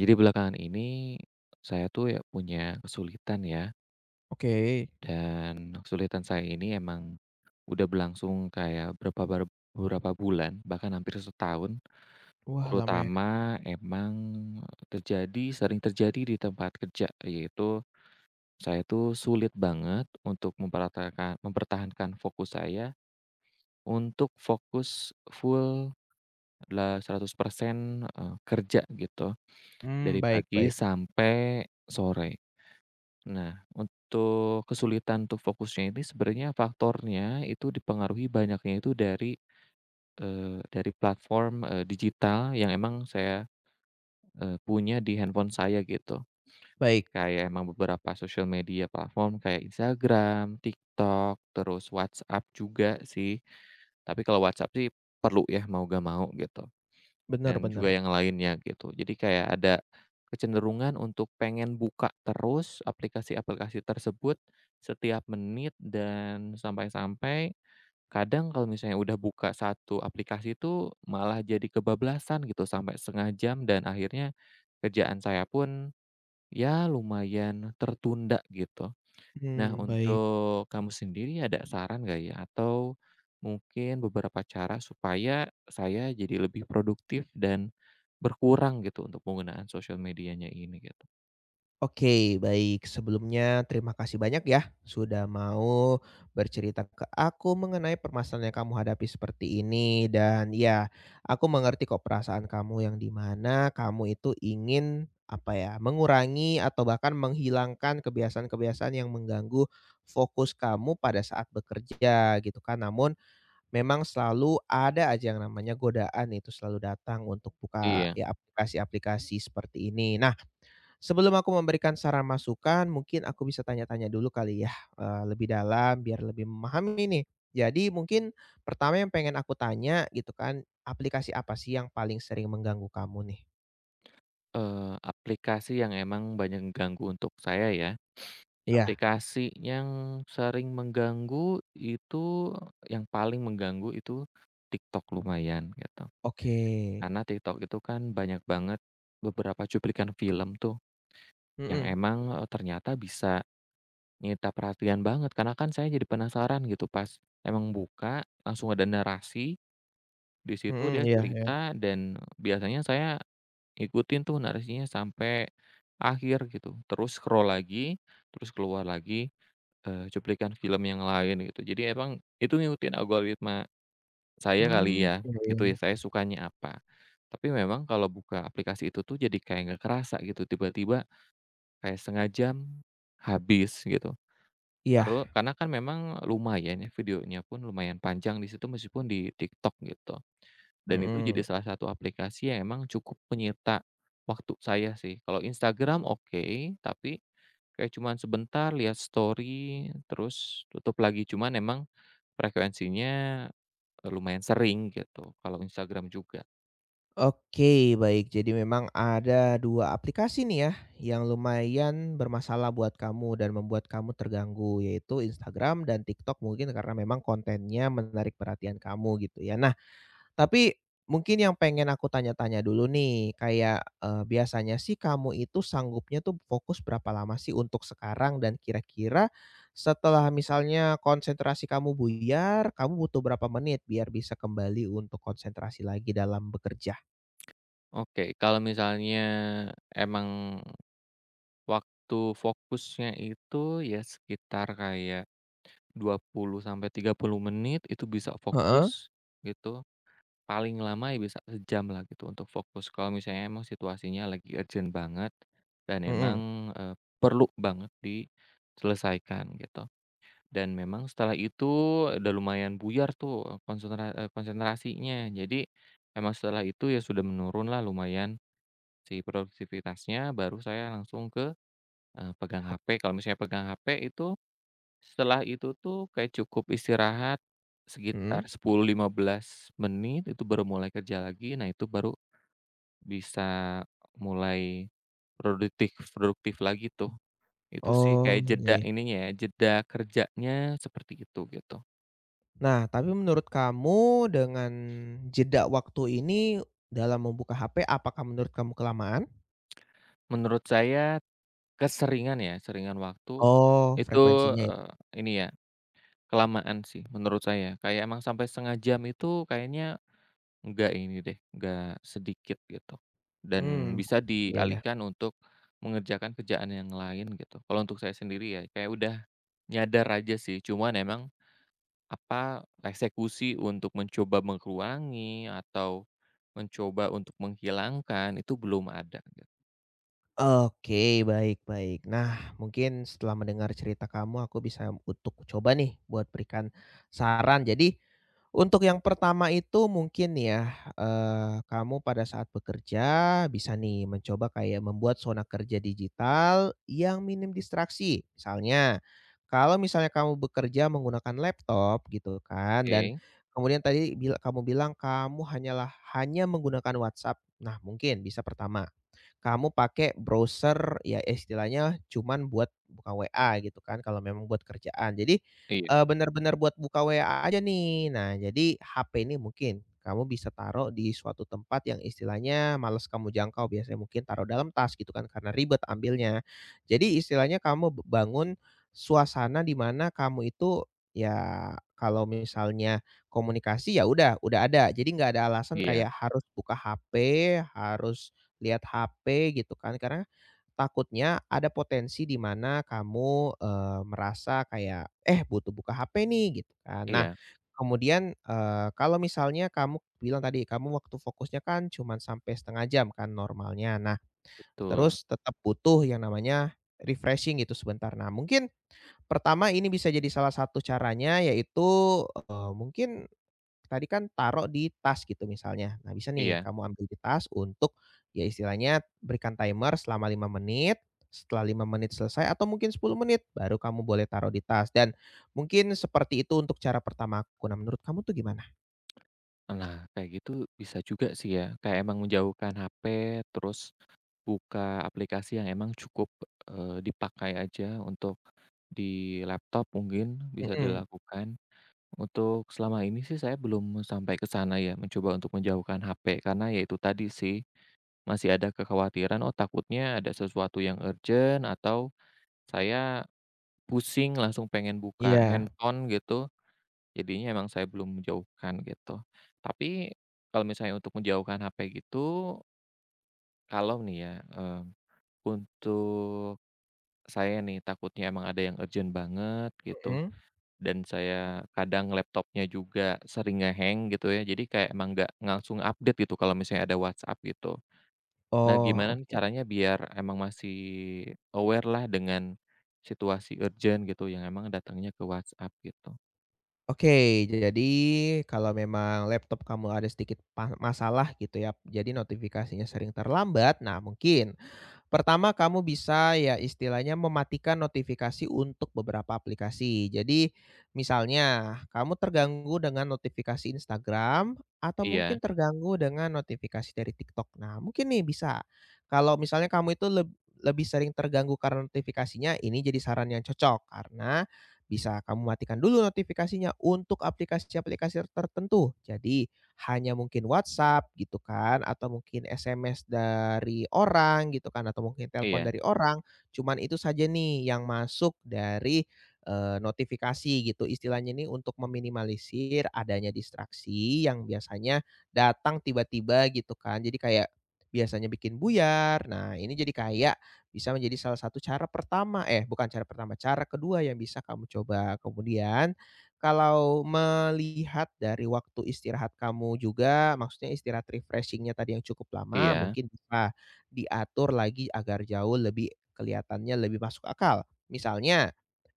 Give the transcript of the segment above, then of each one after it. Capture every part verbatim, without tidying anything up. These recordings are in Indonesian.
Jadi belakangan ini, saya tuh ya punya kesulitan ya, Oke. dan kesulitan saya ini emang udah berlangsung kayak berapa bar beberapa bulan, bahkan hampir setahun, Wah, lama ya? terutama emang terjadi sering terjadi di tempat kerja, yaitu saya tuh sulit banget untuk memperatakan mempertahankan fokus saya untuk fokus full la seratus persen, eee, kerja gitu, Hmm, dari baik pagi baik sampai sore. Nah, untuk kesulitan untuk fokusnya ini sebenarnya faktornya itu dipengaruhi banyaknya itu dari, eee, dari platform, eee, digital yang emang saya, eee, punya di handphone saya gitu. baik. Kayak emang beberapa sosial media platform kayak Instagram, TikTok, terus WhatsApp juga sih. Tapi kalau WhatsApp sih perlu ya, mau gak mau gitu. Benar Dan juga benar. yang lainnya gitu. Jadi kayak ada kecenderungan untuk pengen buka terus aplikasi-aplikasi tersebut setiap menit dan sampai-sampai kadang kalau misalnya udah buka satu aplikasi itu malah jadi kebablasan gitu sampai setengah jam dan akhirnya kerjaan saya pun ya lumayan tertunda gitu. Nah, Hmm, baik. untuk kamu sendiri ada saran nggak ya? Atau mungkin beberapa cara supaya saya jadi lebih produktif dan berkurang gitu untuk penggunaan sosial medianya ini gitu? Oke, baik. Sebelumnya terima kasih banyak ya sudah mau bercerita ke aku mengenai permasalahan yang kamu hadapi seperti ini dan ya, aku mengerti kok perasaan kamu yang di mana kamu itu ingin, apa ya, mengurangi atau bahkan menghilangkan kebiasaan-kebiasaan yang mengganggu fokus kamu pada saat bekerja gitu kan. Namun memang selalu ada aja yang namanya godaan itu selalu datang untuk buka Iya, ya aplikasi-aplikasi seperti ini. Nah, sebelum aku memberikan saran masukan, mungkin aku bisa tanya-tanya dulu kali ya, eee, lebih dalam biar lebih memahami nih. Jadi mungkin pertama yang pengen aku tanya gitu kan, aplikasi apa sih yang paling sering mengganggu kamu nih? eee, aplikasi yang emang banyak mengganggu untuk saya ya. Iya, Aplikasi yang sering mengganggu itu Yang paling mengganggu itu TikTok lumayan gitu. oke. Karena TikTok itu kan banyak banget beberapa cuplikan film tuh yang Mhm, emang, eee, ternyata bisa nyita perhatian banget karena kan saya jadi penasaran gitu pas emang buka, langsung ada narasi, di situ mhm, dia iya iya. cerita dan biasanya saya ikutin tuh narasinya sampai akhir gitu, terus scroll lagi, terus keluar lagi, eee, cuplikan film yang lain gitu. Jadi emang itu ngikutin algoritma saya Hmm, kali ya, iya iya gitu ya, iya. saya sukanya apa. Tapi memang kalau buka aplikasi itu tuh jadi kayak nggak kerasa gitu, tiba-tiba kayak setengah jam habis gitu. Iya, Terus karena kan memang lumayan ya, videonya pun lumayan panjang di situ meskipun di TikTok gitu, dan itu jadi mhm. salah satu aplikasi yang emang cukup menyita waktu saya sih. Kalau Instagram oke, tapi kayak cuman sebentar lihat story terus tutup lagi, cuman emang frekuensinya, eee, lumayan sering gitu kalau Instagram juga. Oke, baik. Jadi memang ada dua aplikasi nih ya, yang lumayan bermasalah buat kamu dan membuat kamu terganggu, yaitu Instagram dan TikTok mungkin karena memang kontennya menarik perhatian kamu gitu ya. Nah, tapi mungkin yang pengen aku tanya-tanya dulu nih, kayak, eee, biasanya sih kamu itu sanggupnya tuh fokus berapa lama sih untuk sekarang? Dan kira-kira setelah misalnya konsentrasi kamu buyar, kamu butuh berapa menit biar bisa kembali untuk konsentrasi lagi dalam bekerja? Oke, kalau misalnya emang waktu fokusnya itu ya sekitar kayak dua puluh sampai tiga puluh menit itu bisa Heeh, fokus gitu, paling lama ya bisa sejam lah gitu untuk fokus. Kalau misalnya emang situasinya lagi urgent banget dan mhm. emang, eee, perlu banget diselesaikan gitu. Dan memang setelah itu udah lumayan buyar tuh konsentra eee, konsentrasinya. Jadi emang setelah itu ya sudah menurun lah lumayan si produktivitasnya, baru saya langsung ke, eee, pegang Hap H P. Kalau misalnya pegang H P itu setelah itu tuh kayak cukup istirahat mhm. sekitar sepuluh, lima belas menit, itu baru mulai kerja lagi. Nah, itu baru bisa mulai produktif produktif lagi tuh. Itu sih Oh, kayak iya jeda iya. ininya ya, jeda kerjanya seperti itu, gitu. Nah, tapi menurut kamu dengan jeda waktu ini dalam membuka ha pe, apakah menurut kamu kelamaan? Menurut saya keseringan ya, seringan waktu Oh, itu, frekuensinya ya? eee, ini ya, kelamaan sih menurut saya. Kayak emang sampai setengah jam itu kayaknya nggak ini deh, nggak sedikit gitu, dan Mmm, bisa iya iya. dialihkan untuk mengerjakan kerjaan yang lain gitu. Kalau untuk saya sendiri ya kayak udah nyadar aja sih, cuman emang apa, eksekusi untuk mencoba mengkurangi atau mencoba untuk menghilangkan itu belum ada gitu. Oke, baik baik. Nah, mungkin setelah mendengar cerita kamu, aku bisa untuk coba nih buat berikan saran. Jadi, untuk yang pertama itu mungkin ya, eee, kamu pada saat bekerja bisa nih mencoba kayak membuat zona kerja digital yang minim distraksi. Misalnya, kalau misalnya kamu bekerja menggunakan laptop gitu kan dan Oke, kemudian tadi bila kamu bilang kamu hanyalah hanya menggunakan WhatsApp. Nah, mungkin bisa pertama kamu pakai browser ya istilahnya cuman buat buka we a gitu kan kalau memang buat kerjaan. Jadi, iya eee, bener-bener buat buka we a aja nih. Nah jadi ha pe ini mungkin kamu bisa taruh di suatu tempat yang istilahnya males kamu jangkau, biasanya mungkin taruh dalam tas gitu kan karena ribet ambilnya. Jadi istilahnya kamu b bangun suasana di mana kamu itu ya kalau misalnya komunikasi ya udah udah ada, jadi nggak ada alasan iya kayak harus buka ha pe, harus lihat ha pe gitu kan, karena takutnya ada potensi di mana kamu, eee, merasa kayak, "Eh, butuh buka ha pe nih," gitu kan. Nah, iya, kemudian, eee, kalau misalnya kamu bilang tadi kamu waktu fokusnya kan cuman sampai setengah jam kan normalnya. Nah, betul, terus tetap butuh yang namanya refreshing gitu sebentar. Nah, mungkin pertama ini bisa jadi salah satu caranya yaitu, eee, mungkin tadi kan taruh di tas gitu misalnya. Nah, bisa nih iya. kamu ambil di tas untuk ya istilahnya berikan timer selama lima menit, setelah lima menit selesai atau mungkin sepuluh menit baru kamu boleh taruh di tas dan mungkin seperti itu untuk cara pertama aku. Nah, menurut kamu tuh gimana? Nah kayak gitu bisa juga sih ya, kayak emang menjauhkan H P terus buka aplikasi yang emang cukup, eee, dipakai aja untuk di laptop mungkin bisa Mhm, dilakukan. Untuk selama ini sih saya belum sampai ke sana ya, mencoba untuk menjauhkan H P karena ya itu tadi sih, masih ada kekhawatiran, oh takutnya ada sesuatu yang urgent atau saya pusing langsung pengen buka iya, handphone gitu, jadinya emang saya belum menjauhkan gitu. Tapi kalau misalnya untuk menjauhkan H P gitu, kalau nih ya, mmm, untuk Saya nih takutnya emang ada yang urgent banget gitu, mhm. dan saya kadang laptopnya juga sering nge-hang gitu ya, jadi kayak emang nggak langsung update gitu kalau misalnya ada WhatsApp gitu. Nah Oh, gimana nih oke. caranya biar emang masih aware lah dengan situasi urgent gitu yang emang datangnya ke WhatsApp gitu? Oke, jadi kalau memang laptop kamu ada sedikit pa masalah gitu ya, jadi notifikasinya sering terlambat, nah mungkin pertama, kamu bisa ya istilahnya mematikan notifikasi untuk beberapa aplikasi. Jadi, misalnya kamu terganggu dengan notifikasi Instagram atau mungkin Iya terganggu dengan notifikasi dari TikTok. Nah, mungkin nih bisa kalau misalnya kamu itu leb lebih sering terganggu karena notifikasinya, ini jadi saran yang cocok karena bisa kamu matikan dulu notifikasinya untuk aplikasi-aplikasi tertentu. Jadi hanya mungkin WhatsApp gitu kan, atau mungkin es em es dari orang gitu kan, atau mungkin telepon iya dari orang, cuman itu saja nih yang masuk dari, eee, notifikasi gitu. Istilahnya ini untuk meminimalisir adanya distraksi yang biasanya datang tiba-tiba gitu kan. Jadi kayak biasanya bikin buyar, nah ini jadi kayak bisa menjadi salah satu cara pertama eh bukan cara pertama, cara kedua yang bisa kamu coba. Kemudian kalau melihat dari waktu istirahat kamu juga, maksudnya istirahat refreshing-nya tadi yang cukup lama, iya mungkin bisa diatur lagi agar jauh lebih kelihatannya lebih masuk akal. Misalnya,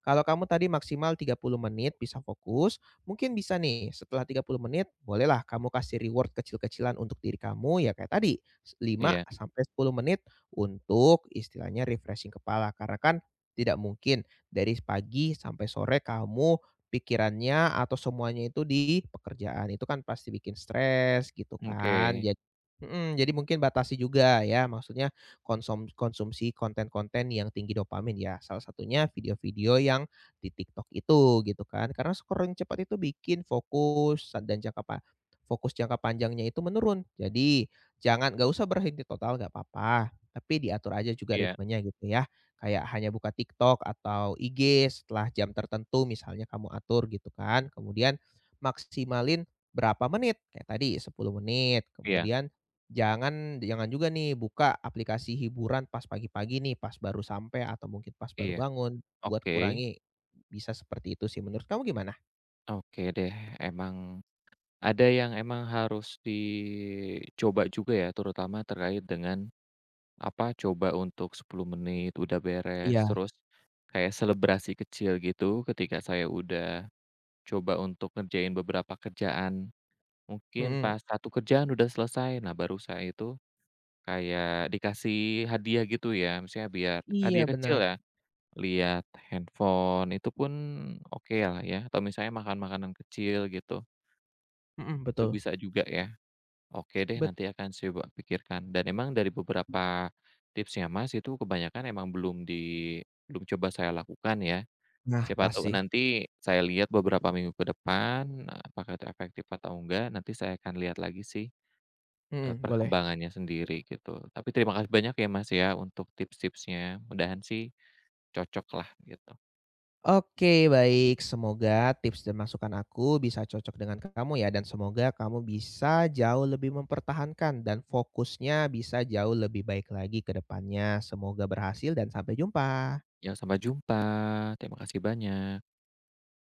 kalau kamu tadi maksimal tiga puluh menit bisa fokus, mungkin bisa nih setelah tiga puluh menit bolehlah kamu kasih reward kecil-kecilan untuk diri kamu ya kayak tadi, s lima iya, sampai sepuluh menit untuk istilahnya refreshing kepala. Karena kan tidak mungkin dari pagi sampai sore kamu pikirannya atau semuanya itu di pekerjaan, itu kan pasti bikin stres gitu oke, kan. Jad mhm, jadi mungkin batasi juga ya, maksudnya konsom konsumsi konten-konten yang tinggi dopamin ya, salah satunya video-video yang di TikTok itu gitu kan. Karena scrolling cepat itu bikin fokus dan jangka pa fokus jangka panjangnya itu menurun. Jadi jangan nggak usah berhenti total nggak apa-apa, tapi diatur aja juga iya ritmenya gitu ya. Kayak hanya buka TikTok atau i ge setelah jam tertentu misalnya kamu atur gitu kan. Kemudian maksimalin berapa menit, kayak tadi sepuluh menit. iya Kemudian jangan jangan juga nih buka aplikasi hiburan pas pagi-pagi nih, pas baru sampai atau mungkin pas baru iya, bangun, buat oke. kurangi bisa seperti itu sih. Menurut kamu gimana? Oke deh, emang ada yang emang harus dicoba juga ya, terutama terkait dengan, apa, coba untuk sepuluh menit udah beres, Iya. terus kayak selebrasi kecil gitu ketika saya udah coba untuk ngerjain beberapa kerjaan. Mungkin Mhm. pas satu kerjaan udah selesai, nah baru saya itu kayak dikasih hadiah gitu ya, misalnya biar Iya hadiah kecil benar. ya, lihat handphone itu pun oke lah ya, atau misalnya makan makanan kecil gitu, Mhm, itu betul. bisa juga ya. Oke deh, Bet nanti akan saya coba pikirkan. Dan emang dari beberapa tipsnya Mas, itu kebanyakan emang belum di belum coba saya lakukan ya. nah Siapa pas tahu sih. nanti saya lihat beberapa minggu ke depan, nah, apakah itu efektif atau enggak, nanti saya akan lihat lagi sih, eee, Mhm, boleh. perkembangannya sendiri gitu. Tapi terima kasih banyak ya Mas ya untuk tips-tipsnya, mudahan sih cocok lah gitu. Oke, baik. Semoga tips dan masukan aku bisa cocok dengan kamu ya dan semoga kamu bisa jauh lebih mempertahankan dan fokusnya bisa jauh lebih baik lagi ke depannya. Semoga berhasil dan sampai jumpa. Ya sampai jumpa, terima kasih banyak.